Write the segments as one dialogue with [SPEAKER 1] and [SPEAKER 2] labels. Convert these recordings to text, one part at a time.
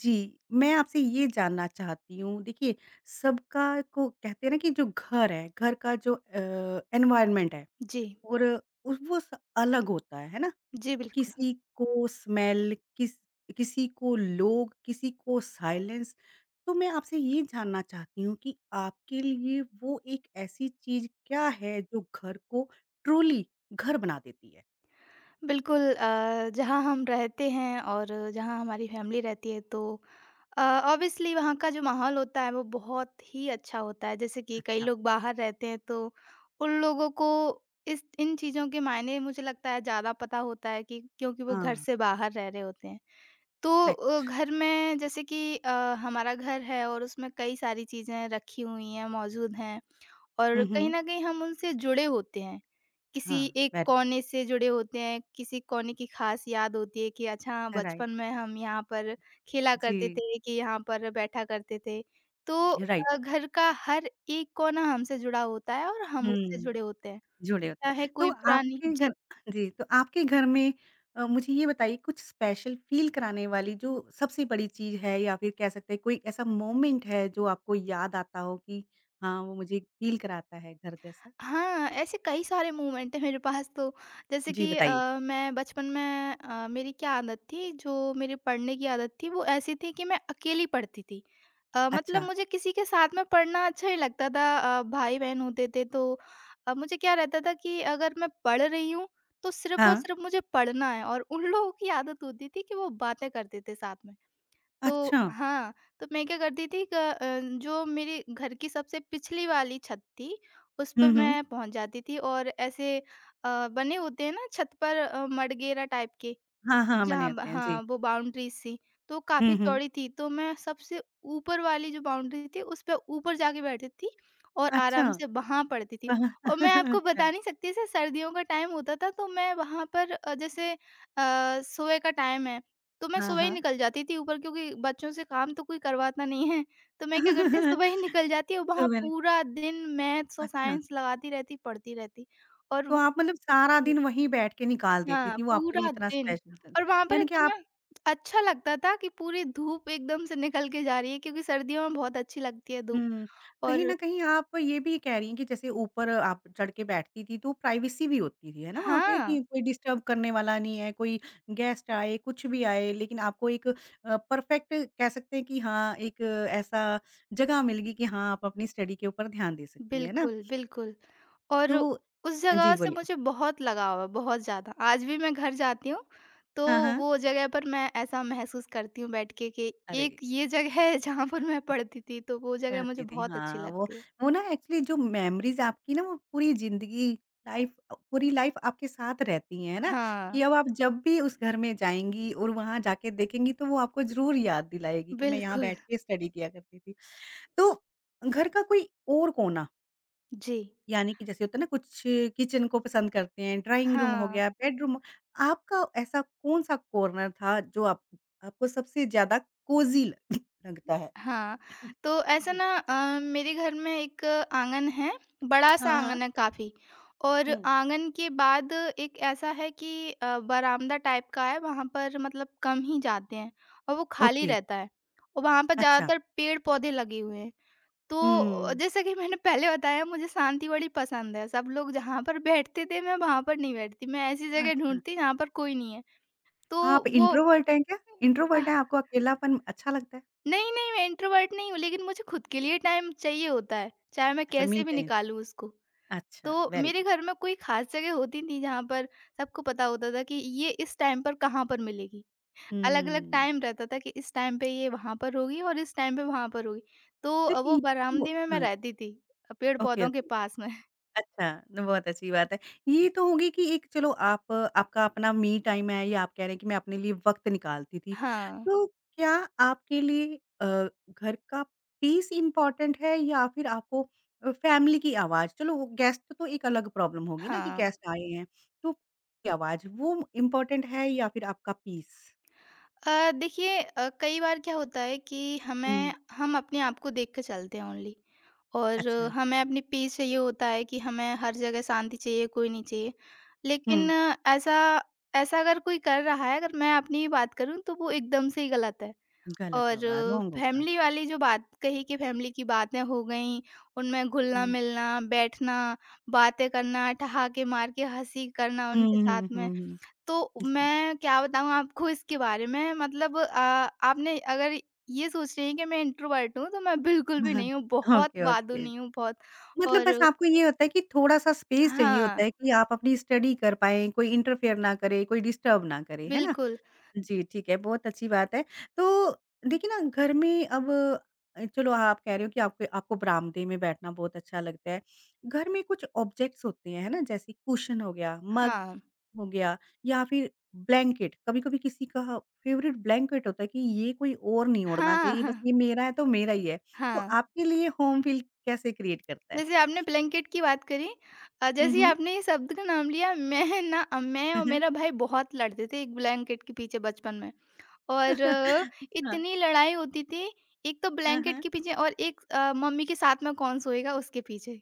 [SPEAKER 1] जी, मैं आपसे ये जानना चाहती हूँ, देखिए सबका को कहते हैं ना कि जो घर है, घर का जो एनवायरनमेंट है
[SPEAKER 2] जी,
[SPEAKER 1] और उस वो स अलग होता है ना?
[SPEAKER 2] जी, बिल्कुल।
[SPEAKER 1] किसी को स्मेल, किसी को लोग, किसी को साइलेंस। तो मैं आपसे ये जानना चाहती हूँ कि आपके लिए वो एक ऐसी चीज़ क्या है जो घर को ट्रूली घर बना देती है?
[SPEAKER 2] जहाँ हम रहते हैं और जहाँ हमारी फैमिली रहती है, अ, ऑब्वियसली वहाँ का जो माहौल होता है वो बहुत ही अच्छा होता है। जैसे कि कई
[SPEAKER 1] अच्छा,
[SPEAKER 2] लोग बाहर रहते हैं, तो उन लोगों को इस इन चीज़ों के मायने मुझे लगता है ज़्यादा पता होता है कि क्योंकि वो घर
[SPEAKER 1] हाँ,
[SPEAKER 2] से बाहर रह रहे होते हैं।
[SPEAKER 1] करेक्ट।
[SPEAKER 2] घर में हमारा घर है और उसमें कई सारी चीज़ें रखी हुई हैं, मौजूद हैं, और
[SPEAKER 1] हुँ,
[SPEAKER 2] कहीं
[SPEAKER 1] हुँ।
[SPEAKER 2] न कहीं हम उनसे जुड़े होते हैं।
[SPEAKER 1] हाँ,
[SPEAKER 2] किसी एक
[SPEAKER 1] वेरी गुड।
[SPEAKER 2] कोने से जुड़े होते हैं, किसी कोने की ख़ास याद होती है कि अच्छा हाँ,
[SPEAKER 1] राइट।
[SPEAKER 2] बचपन में हम यहाँ पर खेला करते
[SPEAKER 1] जी।
[SPEAKER 2] थे, कि यहाँ पर बैठा करते थे। तो
[SPEAKER 1] राइट।
[SPEAKER 2] घर का हर एक कोना हमसे जुड़ा होता है और हम उससे
[SPEAKER 1] हुँ,
[SPEAKER 2] जुड़े होते हैं।
[SPEAKER 1] झूले होते
[SPEAKER 2] चाहे
[SPEAKER 1] हैं। तो
[SPEAKER 2] कोई पुरानी
[SPEAKER 1] आपके
[SPEAKER 2] जी।
[SPEAKER 1] घर जी, तो आपके घर में मुझे ये बताइए कुछ स्पेशल फ़ील कराने वाली जो सबसे बड़ी चीज़ है या फिर कह सकते हैं कोई ऐसा मोमेंट है जो आपको याद आता हो कि हाँ, वो मुझे फ़ील कराता है घर जैसा?
[SPEAKER 2] हाँ, ऐसे कई सारे मोमेंट हैं मेरे पास तो।
[SPEAKER 1] जी, बताइए।
[SPEAKER 2] मैं बचपन में मेरी क्या आदत थी, जो मेरी पढ़ने की आदत थी, वो ऐसी थी कि मैं अकेली पढ़ती थी। मतलब
[SPEAKER 1] अच्छा,
[SPEAKER 2] मुझे किसी के साथ में पढ़ना अच्छा नहीं लगता था। भाई-बहन होते थे, मुझे क्या रहता था कि अगर मैं पढ़ रही हूँ, तो सिर्फ़ और
[SPEAKER 1] हाँ,
[SPEAKER 2] सिर्फ़ मुझे पढ़ना है, और उन लोगों की आदत होती थी कि वो बातें करते थे साथ में। तो
[SPEAKER 1] अच्छा।
[SPEAKER 2] हाँ, तो मैं क्या करती थी जो मेरे घर की सबसे पिछली वाली छत थी, उस
[SPEAKER 1] हुँ,
[SPEAKER 2] पे
[SPEAKER 1] हुँ।
[SPEAKER 2] मैं पहुँच जाती थी। और ऐसे बने होते हैं ना छत पर, मडगेरा टाइप के,
[SPEAKER 1] हाँ, हाँ, बने
[SPEAKER 2] जहाँ ब
[SPEAKER 1] होते हैं, जी।
[SPEAKER 2] हाँ, वो बाउंड्रीज़ थी, तो काफ़ी
[SPEAKER 1] हुँ, हुँ।
[SPEAKER 2] चौड़ी थी, तो मैं सबसे ऊपर वाली जो बाउंड्री थी, उस पे ऊपर जाके बैठती थी और
[SPEAKER 1] अच्छा।
[SPEAKER 2] आराम से वहाँ पढ़ती थी। और मैं आपको
[SPEAKER 1] अच्छा,
[SPEAKER 2] बता नहीं सकती, जैसे सर्दियों का टाइम होता था, तो मैं वहाँ पर सुबह का टाइम है, तो मैं
[SPEAKER 1] हाँ,
[SPEAKER 2] सुबह ही
[SPEAKER 1] हाँ।
[SPEAKER 2] निकल जाती थी ऊपर, क्योंकि बच्चों से काम तो कोई करवाता नहीं है। तो मैं क्या करती, सुबह ही निकल जाती और
[SPEAKER 1] तो
[SPEAKER 2] वहाँ
[SPEAKER 1] मैंने
[SPEAKER 2] पूरा दिन मैथ्स और
[SPEAKER 1] अच्छा।
[SPEAKER 2] साइंस लगाती रहती, पढ़ती रहती। और
[SPEAKER 1] तो
[SPEAKER 2] वो
[SPEAKER 1] आप मतलब सारा दिन वहीं बैठ के निकाल देती
[SPEAKER 2] हाँ,
[SPEAKER 1] थी, वो आपके लिए
[SPEAKER 2] पूरा
[SPEAKER 1] इतना
[SPEAKER 2] दिन,
[SPEAKER 1] स्पेशल था।
[SPEAKER 2] और वहाँ पर
[SPEAKER 1] यानी कि आप
[SPEAKER 2] इतना अच्छा लगता था कि पूरी धूप एकदम से निकल के जा रही है, क्योंकि सर्दियों में बहुत अच्छी लगती है धूप।
[SPEAKER 1] हुँ, कहीं
[SPEAKER 2] और
[SPEAKER 1] न कहीं आप ये भी कह रही हैं कि जैसे ऊपर आप चढ़ के बैठती थी, तो प्राइवेसी भी होती थी, है ना वहाँ पे
[SPEAKER 2] हाँ,
[SPEAKER 1] कि कोई डिस्टर्ब करने वाला नहीं है, कोई गेस्ट आए, कुछ भी आए, लेकिन आपको एक परफेक्ट कह सकते हैं कि हाँ, एक ऐसा जगह मिल गई कि हाँ, आप अपनी स्टडी के ऊपर ध्यान दे सकती हैं, है ना?
[SPEAKER 2] बिल्कुल, बिल्कुल। और
[SPEAKER 1] तो
[SPEAKER 2] उस जगह
[SPEAKER 1] जी,
[SPEAKER 2] से
[SPEAKER 1] बोलिए।
[SPEAKER 2] मुझे बहुत लगाव है, बहुत ज़्यादा। आज भी मैं घर जाती हूँ, तो
[SPEAKER 1] हाँ, हाँ।
[SPEAKER 2] वो जगह पर मैं ऐसा महसूस करती हूँ बैठ के कि एक
[SPEAKER 1] अरे!
[SPEAKER 2] ये जगह है जहाँ पर मैं पढ़ती थी, तो वो जगह मुझे
[SPEAKER 1] पढ़ती थी,
[SPEAKER 2] बहुत अच्छी
[SPEAKER 1] हाँ, वो
[SPEAKER 2] लगती है।
[SPEAKER 1] वो ना एक्चुअली जो मेमोरीज़ आपकी ना वो पूरी ज़िंदगी पूरी लाइफ़ आपके साथ रहती हैं, है ना?
[SPEAKER 2] हाँ,
[SPEAKER 1] कि अब आप जब भी उस घर में जाएँगी और वहाँ जाके देखेंगी तो वो आपको ज़रूर याद दिलाएगी कि मैं यहाँ
[SPEAKER 2] बिल्कुल।
[SPEAKER 1] बैठ के स्टडी किया करती थी। तो घर का कोई और कोना,
[SPEAKER 2] जी,
[SPEAKER 1] यानी कि जैसे होता है ना कुछ किचन को पसंद करते हैं, ड्राइंग रूम हो
[SPEAKER 2] हाँ।
[SPEAKER 1] गया, बेडरूम आपका ऐसा कौन-सा कॉर्नर था जो आप आपको सबसे ज़्यादा कोज़ी ल लगता है?
[SPEAKER 2] हाँ, तो ऐसा
[SPEAKER 1] जी।
[SPEAKER 2] ना, मेरे घर में एक आँगन है, बड़ा-सा
[SPEAKER 1] हाँ, हाँ।
[SPEAKER 2] आँगन है काफ़ी। और
[SPEAKER 1] हुँ।
[SPEAKER 2] आँगन के बाद एक ऐसा है कि बरामदा टाइप का है, वहाँ पर मतलब कम ही जाते हैं और वो खाली
[SPEAKER 1] ओके,
[SPEAKER 2] रहता है, और वहाँ पर
[SPEAKER 1] अच्छा।
[SPEAKER 2] ज़्यादातर पेड़-पौधे लगे हुए हैं। तो
[SPEAKER 1] हुँ।
[SPEAKER 2] जैसा कि मैंने पहले बताया, मुझे शांति बड़ी पसंद है। सब लोग जहाँ पर बैठते थे, मैं वहाँ पर नहीं बैठती, मैं ऐसी जगह
[SPEAKER 1] अच्छा,
[SPEAKER 2] ढूँढती जहाँ पर कोई नहीं है।
[SPEAKER 1] आप
[SPEAKER 2] तो
[SPEAKER 1] इंट्रोवर्ट हैं क्या?
[SPEAKER 2] वो
[SPEAKER 1] इंट्रोवर्ट हैं, आपको अकेलापन अच्छा लगता है?
[SPEAKER 2] नहीं, नहीं, मैं इंट्रोवर्ट नहीं हूँ, लेकिन मुझे खुद के लिए टाइम चाहिए होता है, चाहे मैं
[SPEAKER 1] अच्छा, मी
[SPEAKER 2] कैसे भी
[SPEAKER 1] टाइम।
[SPEAKER 2] निकालूँ उसको।
[SPEAKER 1] अच्छा,
[SPEAKER 2] तो
[SPEAKER 1] वेरी
[SPEAKER 2] मेरे
[SPEAKER 1] गुड।
[SPEAKER 2] घर में कोई ख़ास जगह होती थी जहाँ पर सबको पता होता था कि ये इस टाइम पर कहाँ पर मिलेगी। अलग-अलग
[SPEAKER 1] हुँ,
[SPEAKER 2] टाइम रहता था कि इस टाइम पे ये वहाँ पर होगी और इस टाइम पे वहाँ पर होगी। वो
[SPEAKER 1] चलिए वो
[SPEAKER 2] बरामदे में मैं
[SPEAKER 1] हाँ,
[SPEAKER 2] रहती थी,
[SPEAKER 1] ओके,
[SPEAKER 2] पेड़-पौधों के
[SPEAKER 1] ओके।
[SPEAKER 2] पास में।
[SPEAKER 1] अच्छा, न बहुत अच्छी बात है। ये तो होगी कि एक चलो आप आपका अपना मी टाइम है या आप कह रहे हैं कि मैं अपने लिए वक़्त निकालती थी।
[SPEAKER 2] हाँ,
[SPEAKER 1] तो क्या आपके लिए अ, घर का पीस इम्पोर्टेंट है या फिर आपको फैमिली की आवाज़ चलो वो गेस्ट तो एक अलग प्रॉब्लम होगी ना कि
[SPEAKER 2] हाँ।
[SPEAKER 1] गेस्ट आए हैं, तो की आवाज़ वो इम्पोर्टेंट है या फिर आपका पीस?
[SPEAKER 2] देखिए, कई बार क्या होता है कि
[SPEAKER 1] हुँ।
[SPEAKER 2] हमें हम अपने आप को देख के चलते हैं ओनली। और
[SPEAKER 1] अच्छा,
[SPEAKER 2] अ, हमें अपनी पीस चाहिए होता है कि हमें हर जगह शांति चाहिए, कोई नहीं चाहिए। लेकिन
[SPEAKER 1] हुँ,
[SPEAKER 2] अ, ऐसा ऐसा अगर कोई कर रहा है, अगर मैं अपनी ही बात करूं, तो वो एकदम से ही गलत है।
[SPEAKER 1] गलत
[SPEAKER 2] और
[SPEAKER 1] होगा, रॉन्ग होगा।
[SPEAKER 2] फैमिली वाली जो बात कही कि फैमिली की बातें हो गई, उनमें घुलना
[SPEAKER 1] हुँ।
[SPEAKER 2] मिलना बैठना बातें करना ठहाके मार के हंसी करना
[SPEAKER 1] हुँ,
[SPEAKER 2] उनके
[SPEAKER 1] हुँ,
[SPEAKER 2] साथ
[SPEAKER 1] हुँ,
[SPEAKER 2] में।
[SPEAKER 1] हुँ, हुँ। जी।
[SPEAKER 2] मैं क्या बताऊँ आपको इसके बारे में मतलब। आपने अगर ये सोच रही हैं कि मैं इंट्रोवर्ट हूँ, तो मैं बिल्कुल भी
[SPEAKER 1] हाँ,
[SPEAKER 2] नहीं हूँ,
[SPEAKER 1] हाँ।
[SPEAKER 2] बहुत
[SPEAKER 1] ओके, ओके।
[SPEAKER 2] बादूनी हूँ, बहुत।
[SPEAKER 1] मतलब
[SPEAKER 2] और
[SPEAKER 1] बस आपको ये होता है कि थोड़ा-सा स्पेस चाहिए
[SPEAKER 2] हाँ,
[SPEAKER 1] होता है कि आप अपनी स्टडी कर पाएँ, कोई इंटरफेयर ना करे, कोई डिस्टर्ब ना करे, है ना?
[SPEAKER 2] बिल्कुल,
[SPEAKER 1] जी, ठीक है, बहुत अच्छी बात है। तो देखिए ना घर में अब चलो आप कह रहे हो कि आपके आपको बरामदे में बैठना बहुत अच्छा लगता है। घर में कुछ ऑब्जेक्ट्स होते हैं, है ना? जैसे कुशन हो गया, मग
[SPEAKER 2] हाँ।
[SPEAKER 1] हो गया या फिर ब्लैंकेट। कभी-कभी किसी का फेवरेट ब्लैंकेट होता है कि ये कोई और नहीं ओढ़ना
[SPEAKER 2] हाँ,
[SPEAKER 1] चाहिए, बस
[SPEAKER 2] हाँ,
[SPEAKER 1] ये मेरा है तो मेरा ही है। तो
[SPEAKER 2] हाँ।
[SPEAKER 1] आपके लिए होम फील कैसे क्रिएट करता है?
[SPEAKER 2] जैसे आपने ब्लैंकेट की बात करी,
[SPEAKER 1] हुँ,
[SPEAKER 2] जैसे ही
[SPEAKER 1] हुँ।
[SPEAKER 2] आपने ये शब्द का नाम लिया, मैं
[SPEAKER 1] हुँ,
[SPEAKER 2] और
[SPEAKER 1] हुँ।
[SPEAKER 2] मेरा भाई बहुत लड़ते थे एक ब्लैंकेट के पीछे बचपन में। और अ,
[SPEAKER 1] अच्छा।
[SPEAKER 2] इतनी लड़ाई होती थी, एक तो
[SPEAKER 1] हाँ,
[SPEAKER 2] ब्लैंकेट
[SPEAKER 1] हाँ।
[SPEAKER 2] के पीछे और एक मम्मी के साथ में कौन सोएगा उसके पीछे।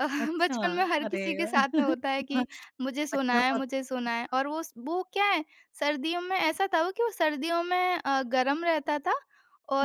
[SPEAKER 2] अ,
[SPEAKER 1] अच्छा,
[SPEAKER 2] बचपन में हर
[SPEAKER 1] अरे
[SPEAKER 2] किसी के
[SPEAKER 1] वाह!
[SPEAKER 2] साथ में होता है
[SPEAKER 1] हाँ,
[SPEAKER 2] कि मुझे सोना
[SPEAKER 1] बच्चों
[SPEAKER 2] है,
[SPEAKER 1] का
[SPEAKER 2] मुझे सोना है। और वो क्या है, सर्दियों में ऐसा था वो कि वो सर्दियों में गर्म रहता था।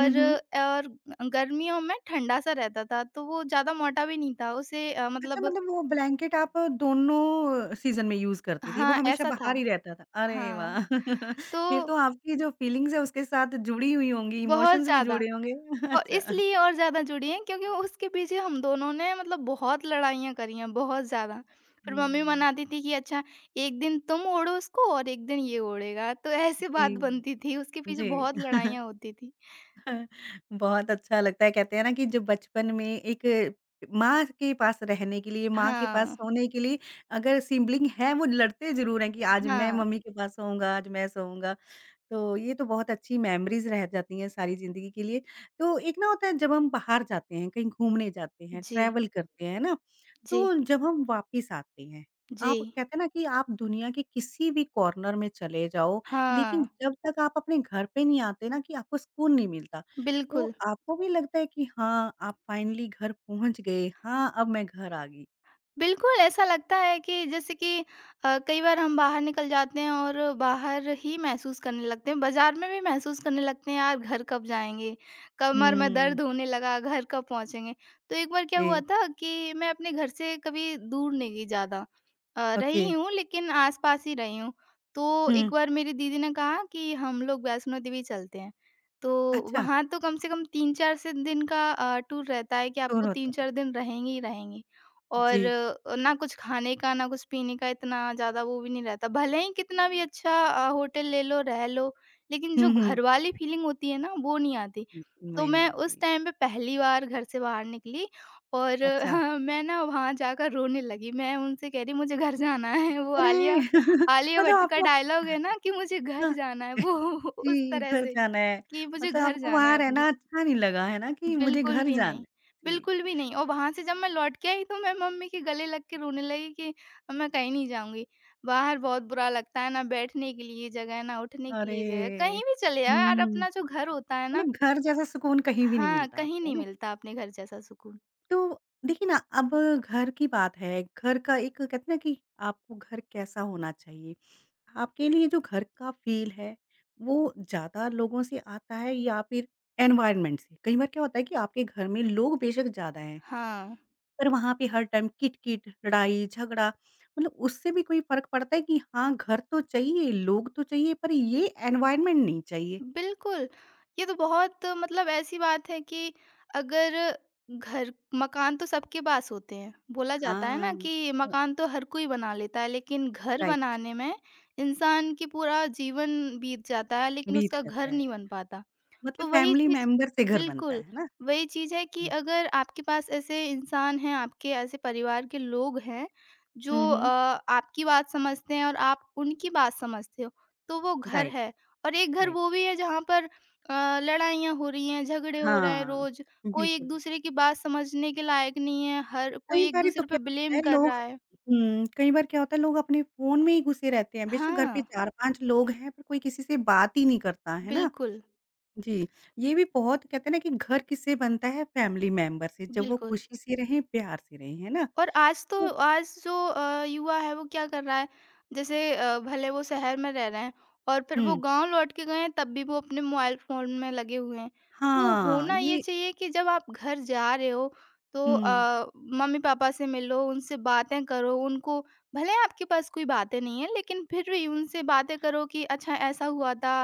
[SPEAKER 1] हुँ, हुँ।
[SPEAKER 2] और गर्मियों में ठंडा-सा रहता था, तो वो ज़्यादा मोटा भी नहीं था, उसे
[SPEAKER 1] अच्छा
[SPEAKER 2] मतलब
[SPEAKER 1] मतलब वो ब्लैंकेट आप दोनों सीज़न में यूज़ करती थी, वो
[SPEAKER 2] हाँ,
[SPEAKER 1] हमेशा
[SPEAKER 2] ऐसा
[SPEAKER 1] बाहर
[SPEAKER 2] था।
[SPEAKER 1] ही रहता था। अरे
[SPEAKER 2] हाँ,
[SPEAKER 1] वाह! फिर
[SPEAKER 2] तो
[SPEAKER 1] तो आपकी जो फीलिंग्स है उसके साथ जुड़ी हुई होंगी,
[SPEAKER 2] बहुत
[SPEAKER 1] इमोशंस भी
[SPEAKER 2] ज़्यादा।
[SPEAKER 1] जुड़े होंगे।
[SPEAKER 2] और
[SPEAKER 1] अच्छा।
[SPEAKER 2] इसलिए और ज़्यादा जुड़ी हैं क्योंकि उसके पीछे हम दोनों ने मतलब बहुत लड़ाइयाँ करी हैं, बहुत ज़्यादा। फिर मम्मी
[SPEAKER 1] हुँ,
[SPEAKER 2] मनाती थी कि अच्छा, एक दिन तुम ओढ़ो उसको और एक दिन ये ओढ़ेगा, तो ऐसी
[SPEAKER 1] जी,
[SPEAKER 2] बात बनती थी। उसके पीछे
[SPEAKER 1] जी।
[SPEAKER 2] बहुत लड़ाइयाँ होती थी।
[SPEAKER 1] बहुत अच्छा लगता है कहते हैं ना कि जब बचपन में एक माँ के पास रहने के लिए, माँ के पास
[SPEAKER 2] हाँ,
[SPEAKER 1] सोने के लिए अगर सिबलिंग है वो लड़ते ज़रूर हैं कि आज मैं
[SPEAKER 2] हाँ।
[SPEAKER 1] मम्मी के पास सोऊँगा, आज मैं सोऊँगा। तो ये तो बहुत अच्छी मेमोरीज़ रह जाती हैं सारी ज़िंदगी के लिए। तो एक ना होता है जब हम बाहर जाते हैं, कहीं घूमने जाते हैं,
[SPEAKER 2] जी,
[SPEAKER 1] ट्रैवल करते हैं, है ना?
[SPEAKER 2] जी,
[SPEAKER 1] तो जब हम वापिस आते हैं,
[SPEAKER 2] जी।
[SPEAKER 1] आप कहते हैं ना कि आप दुनिया के किसी भी कॉर्नर में चले जाओ, लेकिन
[SPEAKER 2] हाँ,
[SPEAKER 1] जब तक आप अपने घर पे नहीं आते ना कि आपको सुकून नहीं मिलता। तो
[SPEAKER 2] बिल्कुल।
[SPEAKER 1] आपको भी लगता है कि हाँ, आप फाइनली घर पहुँच गए, हाँ, अब मैं घर आ गई?
[SPEAKER 2] बिल्कुल, ऐसा लगता है कि जैसे कि कई बार हम बाहर निकल जाते हैं और बाहर ही महसूस करने लगते हैं, बाज़ार में भी महसूस करने लगते हैं, यार घर कब जाएँगे? कमर में
[SPEAKER 1] हुँ।
[SPEAKER 2] दर्द होने लगा, घर कब पहुँचेंगे? तो एक बार क्या हुआ
[SPEAKER 1] जी।
[SPEAKER 2] था कि मैं अपने घर से कभी दूर नहीं गई ज़्यादा,
[SPEAKER 1] ओके।
[SPEAKER 2] रही हूँ लेकिन आस-पास ही रही हूँ। तो
[SPEAKER 1] हुँ।
[SPEAKER 2] एक बार मेरी दीदी ने कहा कि हम लोग वैष्णो देवी चलते हैं। तो
[SPEAKER 1] अच्छा,
[SPEAKER 2] वहाँ तो कम से कम 3-4 से दिन का टूर रहता है कि
[SPEAKER 1] टूर
[SPEAKER 2] आपको
[SPEAKER 1] होता था।
[SPEAKER 2] 3-4 दिन रहेंगे ही रहेंगे।
[SPEAKER 1] जी।
[SPEAKER 2] और ना कुछ खाने का, ना कुछ पीने का इतना ज़्यादा वो भी नहीं रहता। भले ही कितना भी अच्छा होटल ले लो, रह लो, लेकिन जो
[SPEAKER 1] हुँ, हुँ।
[SPEAKER 2] घर वाली फीलिंग होती है ना, वो नहीं आती।
[SPEAKER 1] समझ
[SPEAKER 2] तो
[SPEAKER 1] में नहीं
[SPEAKER 2] मैं उस
[SPEAKER 1] आती।
[SPEAKER 2] टाइम पे पहली बार घर से बाहर निकली और
[SPEAKER 1] अच्छा,
[SPEAKER 2] हाँ, मैं ना वहाँ जाकर रोने लगी। मैं उनसे कह रही मुझे घर जाना है। वो
[SPEAKER 1] अरे!
[SPEAKER 2] आलिया आलिया
[SPEAKER 1] मतलब
[SPEAKER 2] भट्ट का
[SPEAKER 1] आपको
[SPEAKER 2] डायलॉग है ना कि मुझे
[SPEAKER 1] हाँ,
[SPEAKER 2] घर जाना है, वो
[SPEAKER 1] जी,
[SPEAKER 2] उस तरह
[SPEAKER 1] घर
[SPEAKER 2] से
[SPEAKER 1] जाना है,
[SPEAKER 2] कि मुझे
[SPEAKER 1] मतलब
[SPEAKER 2] घर
[SPEAKER 1] आपको
[SPEAKER 2] जाना है
[SPEAKER 1] वहाँ
[SPEAKER 2] अपने।
[SPEAKER 1] रहना अच्छा नहीं लगा, है ना, कि मुझे
[SPEAKER 2] बिल्कुल
[SPEAKER 1] घर
[SPEAKER 2] भी
[SPEAKER 1] जाना है।
[SPEAKER 2] नहीं,
[SPEAKER 1] जी,
[SPEAKER 2] बिल्कुल भी नहीं। और वहाँ से जब मैं लौट के आई, तो मैं मम्मी के गले लग के रोने लगी कि मैं कहीं नहीं जाऊँगी। बाहर बहुत बुरा लगता है, ना बैठने के लिए जगह है, ना उठने के लिए जगह है।
[SPEAKER 1] अरे!
[SPEAKER 2] कहीं भी चले जाओ यार,
[SPEAKER 1] हुँ,
[SPEAKER 2] अपना जो घर होता है ना।
[SPEAKER 1] मतलब घर जैसा सुकून कहीं भी नहीं
[SPEAKER 2] हाँ,
[SPEAKER 1] मिलता
[SPEAKER 2] कहीं
[SPEAKER 1] आपको, है
[SPEAKER 2] नहीं
[SPEAKER 1] ना?
[SPEAKER 2] मिलता अपने घर जैसा सुकून।
[SPEAKER 1] तो देखिए ना, अब घर की बात है, घर का एक कहते हैं ना कि आपको घर कैसा होना चाहिए? आपके लिए जो घर का फ़ील है, वो ज़्यादा लोगों से आता है या फिर एनवायरनमेंट से? कई बार क्या होता है कि आपके घर में लोग बेशक ज़्यादा हैं
[SPEAKER 2] हाँ।
[SPEAKER 1] पर वहाँ पे हर टाइम किट-किट, लड़ाई, झगड़ा मतलब उससे भी कोई फ़र्क पड़ता है कि हाँ, घर तो चाहिए, लोग तो चाहिए पर ये एनवायरनमेंट नहीं चाहिए।
[SPEAKER 2] बिल्कुल, ये तो बहुत मतलब ऐसी बात है कि अगर घर, मकान तो सबके पास होते हैं। बोला जाता है ना
[SPEAKER 1] हाँ।
[SPEAKER 2] कि
[SPEAKER 1] अ,
[SPEAKER 2] मकान तो हर कोई बना लेता है, लेकिन घर
[SPEAKER 1] राइट,
[SPEAKER 2] बनाने में इंसान की पूरा जीवन बीत जाता है, लेकिन
[SPEAKER 1] बीत
[SPEAKER 2] उसका
[SPEAKER 1] जाता
[SPEAKER 2] घर
[SPEAKER 1] है।
[SPEAKER 2] नहीं बन पाता।
[SPEAKER 1] मतलब
[SPEAKER 2] तो वही
[SPEAKER 1] फैमिली
[SPEAKER 2] चीज़
[SPEAKER 1] मेंबर से घर बनता
[SPEAKER 2] बिल्कुल,
[SPEAKER 1] है ना?
[SPEAKER 2] वही चीज़ है कि अगर आपके पास ऐसे इंसान हैं, आपके ऐसे परिवार के लोग हैं,
[SPEAKER 1] हुँ,
[SPEAKER 2] जो
[SPEAKER 1] हुँ।
[SPEAKER 2] आपकी बात समझते हैं और आप उनकी बात समझते हो, तो वो घर
[SPEAKER 1] राइट,
[SPEAKER 2] है। और एक घर
[SPEAKER 1] राइट।
[SPEAKER 2] वो भी है जहाँ पर लड़ाइयाँ हो रही हैं, झगड़े हो रहे हैं
[SPEAKER 1] हाँ,
[SPEAKER 2] रोज़, कोई
[SPEAKER 1] बिल्कुल।
[SPEAKER 2] एक-दूसरे की बात समझने के लायक नहीं है, हर
[SPEAKER 1] कई
[SPEAKER 2] कोई
[SPEAKER 1] बारी तो
[SPEAKER 2] एक-दूसरे
[SPEAKER 1] क्या
[SPEAKER 2] पे
[SPEAKER 1] होता
[SPEAKER 2] ब्लेम
[SPEAKER 1] है
[SPEAKER 2] कर
[SPEAKER 1] लोग
[SPEAKER 2] रहा है।
[SPEAKER 1] हुँ, कई बार क्या होता है लोग अपने फ़ोन में ही घुसे रहते हैं। बेशक घर पे
[SPEAKER 2] हाँ,
[SPEAKER 1] 4-5 लोग हैं पर कोई किसी से बात ही नहीं करता, है ना?
[SPEAKER 2] बिल्कुल,
[SPEAKER 1] जी, ये भी बहुत कहते हैं ना कि घर किससे बनता है फैमिली मेंबर से, जब वो
[SPEAKER 2] बिल्कुल।
[SPEAKER 1] खुशी से रहें, प्यार से रहें, है ना?
[SPEAKER 2] और आज तो
[SPEAKER 1] हुँ।
[SPEAKER 2] आज जो युवा है वो क्या कर रहा है, जैसे भले वो शहर में रह रहे हैं और फिर वो
[SPEAKER 1] हुँ,
[SPEAKER 2] गांव लौट के गए हैं, तब भी वो अपने मोबाइल फोन में लगे हुए हैं। तो
[SPEAKER 1] हाँ,
[SPEAKER 2] होना ये
[SPEAKER 1] ये
[SPEAKER 2] चाहिए कि जब आप घर जा रहे हो, तो
[SPEAKER 1] हुँ,
[SPEAKER 2] अ, मम्मी पापा से मिलो, उनसे बातें करो उनको। भले आपके पास कोई बातें नहीं है, लेकिन फिर भी उनसे बातें करो कि अच्छा ऐसा हुआ था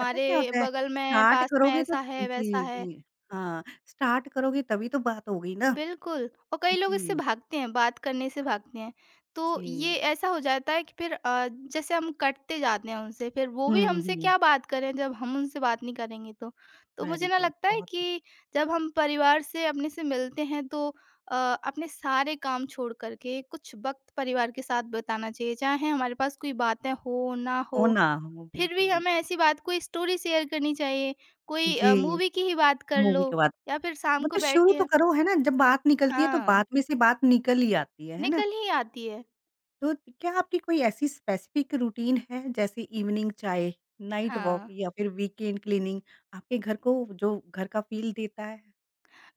[SPEAKER 1] पता क्या होता है
[SPEAKER 2] बगल में,
[SPEAKER 1] स्टार्ट
[SPEAKER 2] पास में
[SPEAKER 1] करोगे तो
[SPEAKER 2] ऐसा है वैसा
[SPEAKER 1] जी,
[SPEAKER 2] है।
[SPEAKER 1] जी, हाँ, स्टार्ट करोगे तभी तो बात होगी ना।
[SPEAKER 2] बिल्कुल, और कई लोग इससे
[SPEAKER 1] जी,
[SPEAKER 2] भागते हैं, बात करने से भागते हैं। तो ये
[SPEAKER 1] जी,
[SPEAKER 2] ऐसा हो जाता है कि फिर जैसे हम कटते जाते हैं उनसे, फिर वो भी
[SPEAKER 1] हुँ,
[SPEAKER 2] हमसे
[SPEAKER 1] हुँ,
[SPEAKER 2] क्या बात करें जब हम उनसे बात नहीं करेंगे तो। तो
[SPEAKER 1] वेरी
[SPEAKER 2] मुझे ना
[SPEAKER 1] ट्रू
[SPEAKER 2] लगता है
[SPEAKER 1] बहुत
[SPEAKER 2] कि जब हम परिवार से अपने से मिलते हैं, तो अपने सारे काम छोड़ कर के कुछ वक़्त परिवार के साथ बिताना चाहिए, चाहे हमारे पास कोई बातें हो, ना
[SPEAKER 1] हो
[SPEAKER 2] हो।
[SPEAKER 1] ना हो,
[SPEAKER 2] फिर
[SPEAKER 1] बिल्कुल,
[SPEAKER 2] भी हमें
[SPEAKER 1] बिल्कुल।
[SPEAKER 2] ऐसी बात, कोई स्टोरी शेयर करनी चाहिए, कोई
[SPEAKER 1] जी,
[SPEAKER 2] मूवी की ही बात कर
[SPEAKER 1] मूवी
[SPEAKER 2] लो
[SPEAKER 1] के बाद
[SPEAKER 2] या फिर शाम को
[SPEAKER 1] मतलब शुरू तो
[SPEAKER 2] बैठे।
[SPEAKER 1] करो है ना, जब बात निकलती है तो
[SPEAKER 2] हाँ।
[SPEAKER 1] बाद में से बात निकल ही आती है ना?
[SPEAKER 2] निकल ही आती है।
[SPEAKER 1] तो क्या आपकी कोई ऐसी स्पेसिफिक रूटीन है जैसे इवनिंग चाय, नाइट वॉक
[SPEAKER 2] हाँ।
[SPEAKER 1] या फिर वीकेंड क्लीनिंग आपके घर को जो घर का फ़ील देता है?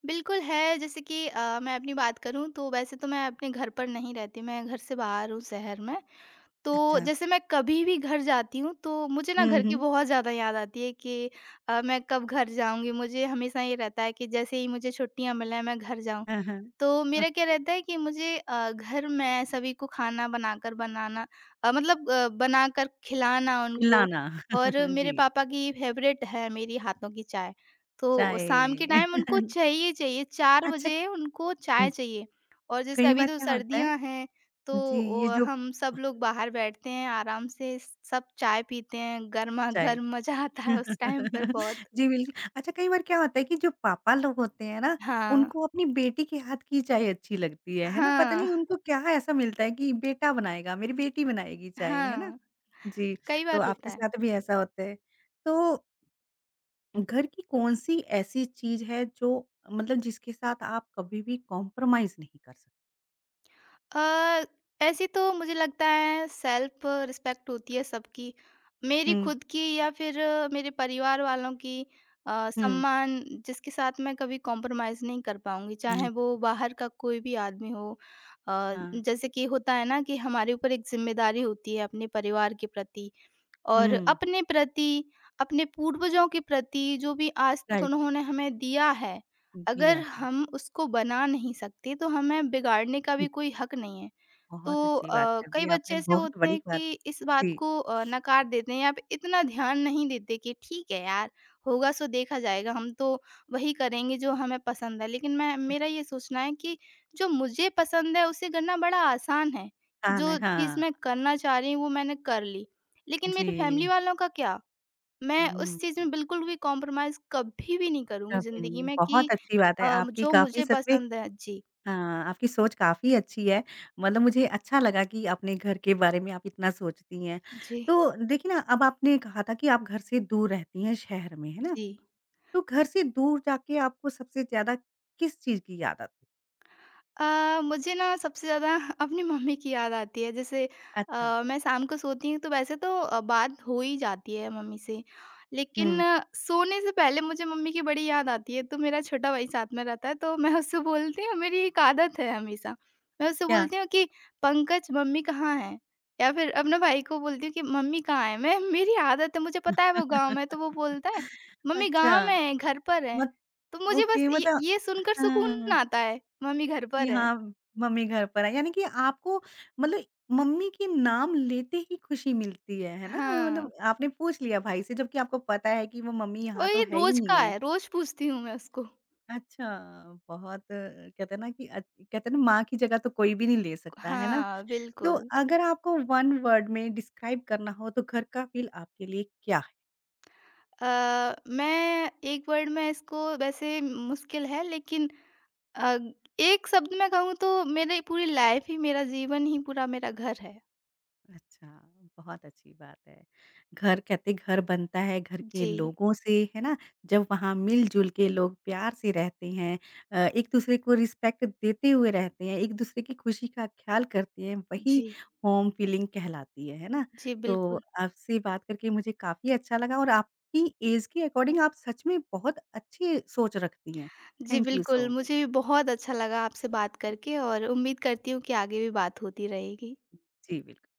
[SPEAKER 2] बिल्कुल है, जैसे कि मैं अपनी बात करूँ तो वैसे तो मैं अपने घर पर नहीं रहती, मैं घर से बाहर हूँ शहर में। तो
[SPEAKER 1] अच्छा,
[SPEAKER 2] जैसे मैं कभी भी घर जाती हूँ तो मुझे ना
[SPEAKER 1] हुँ,
[SPEAKER 2] घर की
[SPEAKER 1] हुँ।
[SPEAKER 2] बहुत ज़्यादा याद आती है कि मैं कब घर जाऊँगी? मुझे हमेशा ये रहता है कि जैसे ही मुझे छुट्टियाँ मिलें मैं घर जाऊँ।
[SPEAKER 1] हाँ, हाँ।
[SPEAKER 2] तो मेरा क्या
[SPEAKER 1] ओके,
[SPEAKER 2] रहता है कि मुझे घर में सभी को खाना बनाकर बनाना अ, मतलब अ, बनाकर खिलाना उनको।
[SPEAKER 1] चिल्लाना
[SPEAKER 2] और मेरे
[SPEAKER 1] जी,
[SPEAKER 2] पापा की फेवरेट है मेरी हाथों की चाय। तो
[SPEAKER 1] चाय।
[SPEAKER 2] शाम के टाइम उनको चाहिए चाहिए 4
[SPEAKER 1] अच्छा,
[SPEAKER 2] बजे उनको चाय चाहिए। और जैसे
[SPEAKER 1] कई
[SPEAKER 2] अभी
[SPEAKER 1] बार
[SPEAKER 2] तो
[SPEAKER 1] क्या होता है
[SPEAKER 2] सर्दियाँ हैं, तो
[SPEAKER 1] जी, ये
[SPEAKER 2] अ,
[SPEAKER 1] जो
[SPEAKER 2] हम सब लोग बाहर बैठते हैं आराम से, सब चाय पीते हैं,
[SPEAKER 1] चाय
[SPEAKER 2] गरमा-गर्म मज़ा आता है उस टाइम पर बहुत।
[SPEAKER 1] जी, बिल्कुल। अच्छा कई बार क्या होता है कि जो पापा लोग होते हैं ना,
[SPEAKER 2] हाँ।
[SPEAKER 1] उनको अपनी बेटी के हाथ की चाय अच्छी लगती है ना? पता
[SPEAKER 2] हाँ,
[SPEAKER 1] नहीं उनको क्या ऐसा मिलता है कि बेटा बनाएगा, मेरी बेटी बनाएगी चाय, है ना?
[SPEAKER 2] हाँ।
[SPEAKER 1] जी,
[SPEAKER 2] कई
[SPEAKER 1] तो
[SPEAKER 2] बार
[SPEAKER 1] आपके
[SPEAKER 2] होता है।
[SPEAKER 1] साथ भी ऐसा होता है। तो घर की कौन-सी ऐसी चीज़ है जो मतलब जिसके साथ आप कभी भी कॉम्प्रोमाइज़ नहीं कर सकते?
[SPEAKER 2] अ, ऐसी तो मुझे लगता है सेल्फ रिस्पेक्ट होती है सबकी। मेरी
[SPEAKER 1] हुँ,
[SPEAKER 2] खुद की या फिर मेरे परिवार वालों की
[SPEAKER 1] हुँ,
[SPEAKER 2] सम्मान, जिसके साथ मैं कभी कॉम्प्रोमाइज़ नहीं कर पाऊँगी,
[SPEAKER 1] नहीं
[SPEAKER 2] चाहे
[SPEAKER 1] कर
[SPEAKER 2] वो
[SPEAKER 1] सकते।
[SPEAKER 2] बाहर का कोई भी आदमी हो।
[SPEAKER 1] हाँ,
[SPEAKER 2] जैसे कि होता है ना कि हमारे ऊपर एक ज़िम्मेदारी होती है अपने परिवार के प्रति और
[SPEAKER 1] हुँ,
[SPEAKER 2] अपने प्रति, अपने पूर्वजों के प्रति, जो भी आज तक
[SPEAKER 1] राइट
[SPEAKER 2] उन्होंने हमें दिया है, अगर
[SPEAKER 1] दिया है।
[SPEAKER 2] हम उसको बना नहीं सकते, तो हमें बिगाड़ने का भी
[SPEAKER 1] ठीक,
[SPEAKER 2] कोई हक नहीं है। तो
[SPEAKER 1] बहुत अच्छी बात
[SPEAKER 2] अ,
[SPEAKER 1] कर
[SPEAKER 2] कई
[SPEAKER 1] दी आपने,
[SPEAKER 2] बच्चे ऐसे
[SPEAKER 1] बहुत
[SPEAKER 2] होते
[SPEAKER 1] बड़ी
[SPEAKER 2] हैं
[SPEAKER 1] बात
[SPEAKER 2] कि
[SPEAKER 1] कर
[SPEAKER 2] इस बात
[SPEAKER 1] दी। जी।
[SPEAKER 2] को नकार देते हैं या फिर इतना ध्यान नहीं देते कि ठीक है यार, होगा सो देखा जाएगा, हम तो वही करेंगे जो हमें पसंद है। लेकिन मैं, मेरा ये सोचना है कि जो मुझे पसंद है उसे करना बड़ा आसान है।
[SPEAKER 1] स्थान है,
[SPEAKER 2] जो चीज़
[SPEAKER 1] हाँ,
[SPEAKER 2] मैं करना चाह रही हूँ वो मैंने कर ली। लेकिन मेरे फैमिली
[SPEAKER 1] जी।
[SPEAKER 2] वालों का क्या? मैं उस
[SPEAKER 1] हुँ,
[SPEAKER 2] चीज़ में बिल्कुल भी कॉम्प्रोमाइज़ कभी भी नहीं करूँगी
[SPEAKER 1] कभी
[SPEAKER 2] ज़िंदगी
[SPEAKER 1] नहीं,
[SPEAKER 2] में कि
[SPEAKER 1] बहुत अच्छी बात है आपकी
[SPEAKER 2] जो
[SPEAKER 1] काफ़ी
[SPEAKER 2] मुझे
[SPEAKER 1] सच में
[SPEAKER 2] पसंद है जी।
[SPEAKER 1] हाँ, आपकी सोच काफ़ी अच्छी है। मतलब मुझे अच्छा लगा कि अपने घर के बारे में आप इतना सोचती हैं।
[SPEAKER 2] जी।
[SPEAKER 1] तो देखिए ना, अब आपने कहा था कि आप घर से दूर रहती हैं शहर में, है ना?
[SPEAKER 2] जी।
[SPEAKER 1] तो घर से दूर जाके आपको सबसे ज़्यादा किस चीज़ की याद आती है?
[SPEAKER 2] मुझे ना सबसे ज़्यादा अपनी मम्मी की याद आती है। जैसे
[SPEAKER 1] अच्छा,
[SPEAKER 2] मैं शाम को सोती हूँ, तो वैसे तो बात हो ही जाती है मम्मी से, लेकिन
[SPEAKER 1] हुँ,
[SPEAKER 2] सोने से पहले मुझे मम्मी की बड़ी याद आती है। तो मेरा छोटा भाई साथ में रहता है तो मैं उससे बोलती हूँ, मेरी एक आदत है हमेशा, मैं उससे
[SPEAKER 1] क्या?
[SPEAKER 2] बोलती हूँ कि पंकज मम्मी कहाँ है, या फिर अपने भाई को बोलती हूँ कि मम्मी कहाँ है। मैं, मेरी आदत है, मुझे पता है वो गाँव में है, तो वो बोलता है मम्मी
[SPEAKER 1] अच्छा,
[SPEAKER 2] गाँव में है, घर पर है।
[SPEAKER 1] मत
[SPEAKER 2] तो मुझे बस
[SPEAKER 1] ओके मतलब
[SPEAKER 2] ये सुनकर
[SPEAKER 1] हाँ।
[SPEAKER 2] सुकून आता है, मम्मी घर
[SPEAKER 1] कि
[SPEAKER 2] पर है।
[SPEAKER 1] हाँ, मम्मी घर पर आई। यानी कि आपको मतलब मम्मी के नाम लेते ही खुशी मिलती है ना?
[SPEAKER 2] हाँ,
[SPEAKER 1] मतलब आपने पूछ लिया भाई से जबकि आपको पता है कि वो मम्मी यहाँ
[SPEAKER 2] और
[SPEAKER 1] तो
[SPEAKER 2] ये
[SPEAKER 1] है ही
[SPEAKER 2] रोज़
[SPEAKER 1] नहीं
[SPEAKER 2] का
[SPEAKER 1] है।
[SPEAKER 2] है, रोज़ पूछती हूँ मैं उसको।
[SPEAKER 1] अच्छा, कहते हैं ना कि कहते हैं ना माँ की जगह तो कोई भी नहीं ले सकता, है ना?
[SPEAKER 2] हाँ,
[SPEAKER 1] तो
[SPEAKER 2] बिल्कुल।
[SPEAKER 1] अगर आपको 1 वर्ड में डिस्क्राइब करना हो तो घर का फ़ील आपके लिए क्या?
[SPEAKER 2] अ, मैं एक वर्ड में इसको वैसे मुश्किल है, लेकिन अ, एक शब्द में कहूँ तो मेरी पूरी लाइफ़ ही, मेरा जीवन ही पूरा मेरा घर है।
[SPEAKER 1] अच्छा, बहुत अच्छी बात है। घर कहते घर बनता है, घर के
[SPEAKER 2] जी,
[SPEAKER 1] लोगों से, है ना? जब वहाँ मिल-जुल के लोग प्यार से रहते हैं एक-दूसरे को रिस्पेक्ट देते हुए रहते हैं, एक-दूसरे की खुशी का ख़्याल करते हैं, वही
[SPEAKER 2] जी,
[SPEAKER 1] होम फीलिंग कहलाती है ना?
[SPEAKER 2] जी,
[SPEAKER 1] तो
[SPEAKER 2] बिल्कुल।
[SPEAKER 1] आपसे बात करके मुझे काफ़ी अच्छा लगा और आपकी एज के अकॉर्डिंग आप सच में बहुत अच्छी सोच रखती हैं।
[SPEAKER 2] जी,
[SPEAKER 1] थैंक यू सो
[SPEAKER 2] बिल्कुल,
[SPEAKER 1] मच।
[SPEAKER 2] मुझे भी बहुत अच्छा लगा आपसे बात करके और उम्मीद करती हूँ कि आगे भी बात होती रहेगी।
[SPEAKER 1] जी, बिल्कुल।